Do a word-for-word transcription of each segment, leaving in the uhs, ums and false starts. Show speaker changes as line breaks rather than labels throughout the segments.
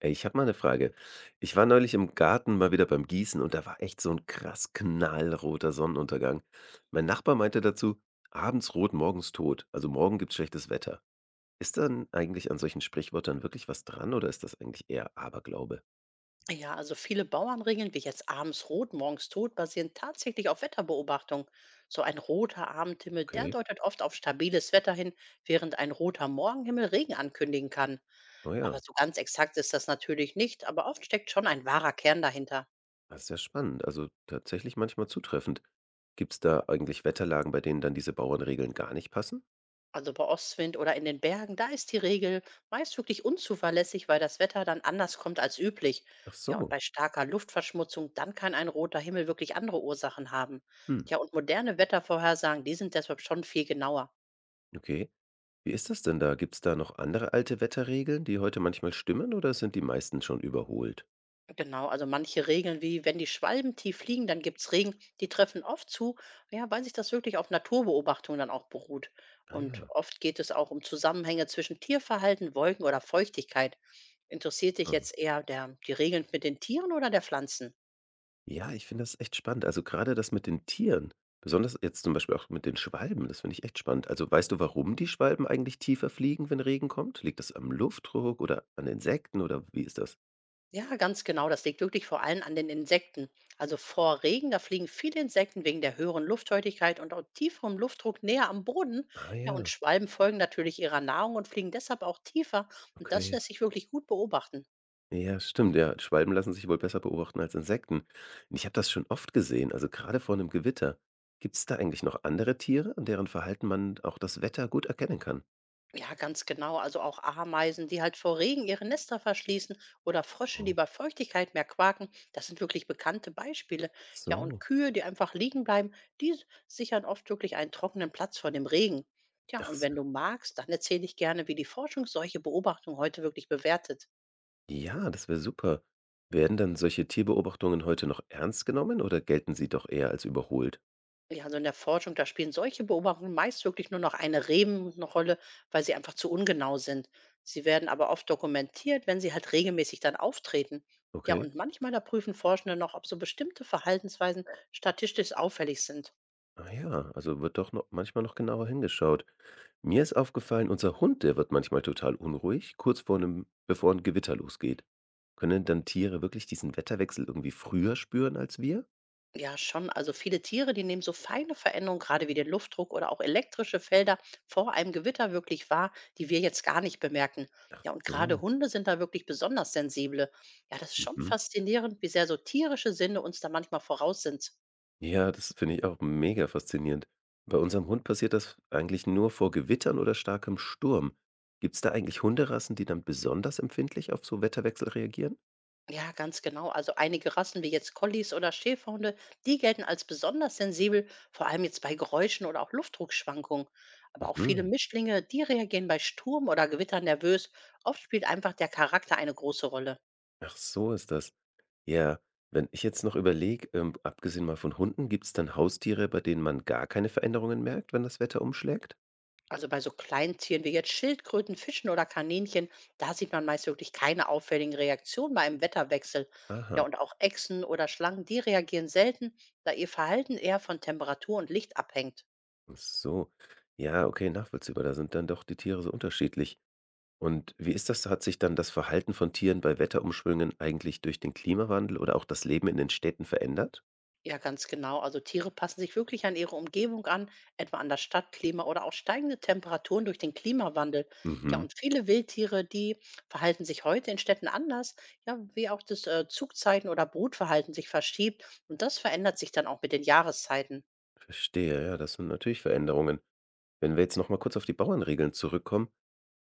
Ey, ich habe mal eine Frage. Ich war neulich im Garten mal wieder beim Gießen und da war echt so ein krass knallroter Sonnenuntergang. Mein Nachbar meinte dazu: „Abends rot, morgens tot“, also morgen gibt's schlechtes Wetter. Ist dann eigentlich an solchen Sprichwörtern wirklich was dran oder ist das eigentlich eher Aberglaube?
Ja, also viele Bauernregeln, wie jetzt abends rot, morgens tot, basieren tatsächlich auf Wetterbeobachtung. So ein roter Abendhimmel, der
Okay.
deutet oft auf stabiles Wetter hin, während ein roter Morgenhimmel Regen ankündigen kann.
Oh
Aber
ja,
so ganz exakt ist das natürlich nicht, aber oft steckt schon ein wahrer Kern dahinter.
das ist ja spannend, also tatsächlich manchmal zutreffend. Gibt's da eigentlich Wetterlagen, bei denen dann diese Bauernregeln gar nicht passen?
Also bei Ostwind oder in den Bergen, da ist die Regel meist wirklich unzuverlässig, weil das Wetter dann anders kommt als üblich.
Ach
Ja, und
so.
bei starker Luftverschmutzung, dann kann ein roter Himmel wirklich andere Ursachen haben.
Hm,
Ja, und moderne Wettervorhersagen, die sind deshalb schon viel genauer.
okay. Wie ist das denn da? Gibt's da noch andere alte Wetterregeln, die heute manchmal stimmen oder sind die meisten schon überholt?
Genau, also manche Regeln wie, wenn die Schwalben tief fliegen, dann gibt's Regen, die treffen oft zu, ja, weil sich das wirklich auf Naturbeobachtung dann auch beruht.
Ah
Und
ja.
oft geht es auch um Zusammenhänge zwischen Tierverhalten, Wolken oder Feuchtigkeit. Interessiert dich
Ah.
jetzt eher der, die Regeln mit den Tieren oder der Pflanzen?
Ja, ich finde das echt spannend. Also gerade das mit den Tieren, besonders jetzt zum Beispiel auch mit den Schwalben, das finde ich echt spannend. Also weißt du, warum die Schwalben eigentlich tiefer fliegen, wenn Regen kommt? Liegt das am Luftdruck oder an Insekten oder wie ist das?
Ja, ganz genau. Das liegt wirklich vor allem an den Insekten. Also vor Regen, da fliegen viele Insekten wegen der höheren Luftfeuchtigkeit und auch tieferem Luftdruck näher am Boden.
Ah
Ja, und
ja,
Schwalben folgen natürlich ihrer Nahrung und fliegen deshalb auch tiefer. Und das
okay.
lässt sich wirklich gut beobachten.
Ja, stimmt, ja. Schwalben lassen sich wohl besser beobachten als Insekten. Und ich habe das schon oft gesehen, also gerade vor einem Gewitter. Gibt es da eigentlich noch andere Tiere, an deren Verhalten man auch das Wetter gut erkennen kann?
Ja, ganz genau. Also auch Ameisen, die halt vor Regen ihre Nester verschließen oder Frösche, die
Oh,
bei Feuchtigkeit mehr quaken. Das sind wirklich bekannte Beispiele. Ja, und
so.
Kühe, die einfach liegen bleiben, die s- sichern oft wirklich einen trockenen Platz vor dem Regen. Ja,
Ach
und wenn
so.
du magst, dann erzähle ich gerne, wie die Forschung solche Beobachtungen heute wirklich bewertet.
Ja, das wäre super. Werden dann solche Tierbeobachtungen heute noch ernst genommen oder gelten sie doch eher als überholt?
Ja, also in der Forschung, da spielen solche Beobachtungen meist wirklich nur noch eine Rebenrolle, weil sie einfach zu ungenau sind. Sie werden aber oft dokumentiert, wenn sie halt regelmäßig dann auftreten. Ja,
Okay.
und manchmal da prüfen Forschende noch, ob so bestimmte Verhaltensweisen statistisch auffällig sind.
Ah ja, also wird doch noch manchmal noch genauer hingeschaut. Mir ist aufgefallen, unser Hund, der wird manchmal total unruhig, kurz vor einem, bevor ein Gewitter losgeht. Können dann Tiere wirklich diesen Wetterwechsel irgendwie früher spüren als wir?
Ja, schon. Also viele Tiere, die nehmen so feine Veränderungen, gerade wie den Luftdruck oder auch elektrische Felder, vor einem Gewitter wirklich wahr, die wir jetzt gar nicht bemerken.
Ach
Ja, und
so.
gerade Hunde sind da wirklich besonders sensible. Ja, das ist schon
Mhm.
faszinierend, wie sehr so tierische Sinne uns da manchmal voraus sind.
Ja, das finde ich auch mega faszinierend. Bei unserem Hund passiert das eigentlich nur vor Gewittern oder starkem Sturm. Gibt es da eigentlich Hunderassen, die dann besonders empfindlich auf so Wetterwechsel reagieren?
Ja, ganz genau. Also einige Rassen wie jetzt Collies oder Schäferhunde, die gelten als besonders sensibel, vor allem jetzt bei Geräuschen oder auch Luftdruckschwankungen. Aber auch viele
Mhm.
Mischlinge, die reagieren bei Sturm oder Gewitter nervös. Oft spielt einfach der Charakter eine große Rolle.
Ach, so ist das. Ja, wenn ich jetzt noch überlege, ähm, abgesehen mal von Hunden, gibt es dann Haustiere, bei denen man gar keine Veränderungen merkt, wenn das Wetter umschlägt?
Also bei so kleinen Tieren wie jetzt Schildkröten, Fischen oder Kaninchen, da sieht man meist wirklich keine auffälligen Reaktionen bei einem Wetterwechsel. Ja,
Aha,
und auch Echsen oder Schlangen, die reagieren selten, da ihr Verhalten eher von Temperatur und Licht abhängt.
ach so. Ja, okay, nachvollziehbar. Da sind dann doch die Tiere so unterschiedlich. Und wie ist das? Hat sich dann das Verhalten von Tieren bei Wetterumschwüngen eigentlich durch den Klimawandel oder auch das Leben in den Städten verändert?
Ja, ganz genau. Also Tiere passen sich wirklich an ihre Umgebung an, etwa an das Stadtklima oder auch steigende Temperaturen durch den Klimawandel. Ja,
Mhm,
und viele Wildtiere, die verhalten sich heute in Städten anders, ja, wie auch das äh, Zugzeiten oder Brutverhalten sich verschiebt. Und das verändert sich dann auch mit den Jahreszeiten.
verstehe. Ja, das sind natürlich Veränderungen. Wenn wir jetzt noch mal kurz auf die Bauernregeln zurückkommen,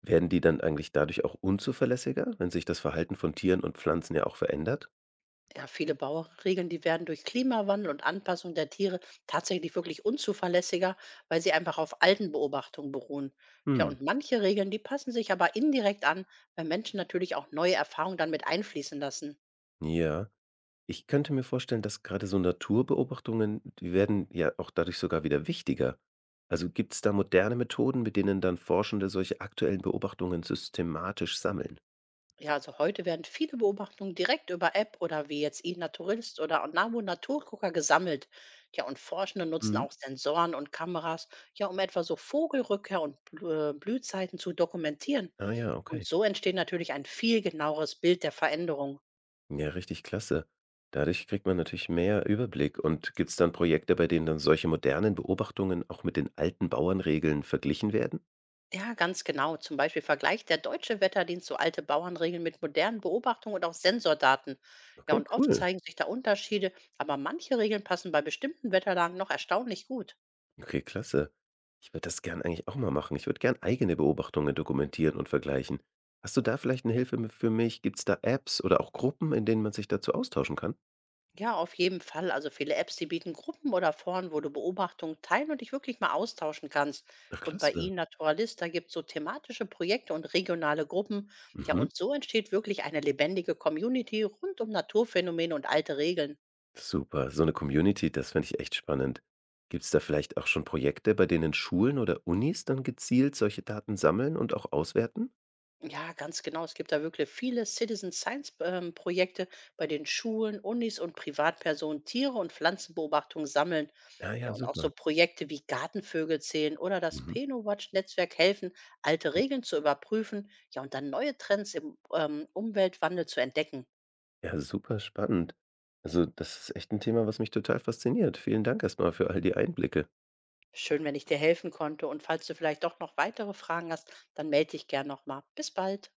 werden die dann eigentlich dadurch auch unzuverlässiger, wenn sich das Verhalten von Tieren und Pflanzen ja auch verändert?
Ja, viele Bauregeln, die werden durch Klimawandel und Anpassung der Tiere tatsächlich wirklich unzuverlässiger, weil sie einfach auf alten Beobachtungen beruhen. Tja,
Hm,
und manche Regeln, die passen sich aber indirekt an, weil Menschen natürlich auch neue Erfahrungen dann mit einfließen lassen.
ja. Ich könnte mir vorstellen, dass gerade so Naturbeobachtungen, die werden ja auch dadurch sogar wieder wichtiger. Also gibt es da moderne Methoden, mit denen dann Forschende solche aktuellen Beobachtungen systematisch sammeln?
Ja, also heute werden viele Beobachtungen direkt über App oder wie jetzt iNaturalist oder Onavo Naturgucker gesammelt. Ja, und Forschende nutzen
Mhm.
auch Sensoren und Kameras, ja, um etwa so Vogelrückkehr und Blü- äh, Blühzeiten zu dokumentieren.
Ah ja,
Und
okay.
so entsteht natürlich ein viel genaueres Bild der Veränderung.
Ja, richtig klasse. Dadurch kriegt man natürlich mehr Überblick. Und gibt es dann Projekte, bei denen dann solche modernen Beobachtungen auch mit den alten Bauernregeln verglichen werden?
Ja, ganz genau. Zum Beispiel vergleicht der deutsche Wetterdienst so alte Bauernregeln mit modernen Beobachtungen und auch Sensordaten. Ja,
Okay,
und oft
cool.
zeigen sich da Unterschiede, aber manche Regeln passen bei bestimmten Wetterlagen noch erstaunlich gut.
Okay, klasse. Ich würde das gern eigentlich auch mal machen. Ich würde gern eigene Beobachtungen dokumentieren und vergleichen. Hast du da vielleicht eine Hilfe mi für mich? Gibt es da Apps oder auch Gruppen, in denen man sich dazu austauschen kann?
Ja, auf jeden Fall. Also viele Apps, die bieten Gruppen oder Foren, wo du Beobachtungen teilen und dich wirklich mal austauschen kannst.
Ach,
Und bei
klasse.
Ihnen Naturalist da gibt es so thematische Projekte und regionale Gruppen. Ja,
Mhm.
und so entsteht wirklich eine lebendige Community rund um Naturphänomene und alte Regeln.
Super, so eine Community, das fände ich echt spannend. Gibt es da vielleicht auch schon Projekte, bei denen Schulen oder Unis dann gezielt solche Daten sammeln und auch auswerten?
Ja, ganz genau. Es gibt da wirklich viele Citizen Science ähm, Projekte, bei denen Schulen, Unis und Privatpersonen Tiere und Pflanzenbeobachtungen sammeln.
Ja,
Ja,
ja,
und auch
super.
so Projekte wie Gartenvögel zählen oder das
Mhm.
PenoWatch-Netzwerk helfen, alte Regeln zu überprüfen, ja, und dann neue Trends im ähm, Umweltwandel zu entdecken.
Ja, super spannend. Also, das ist echt ein Thema, was mich total fasziniert. Vielen Dank erstmal für all die Einblicke.
Schön, wenn ich dir helfen konnte. Und falls du vielleicht doch noch weitere Fragen hast, dann melde dich gern nochmal. Bis bald.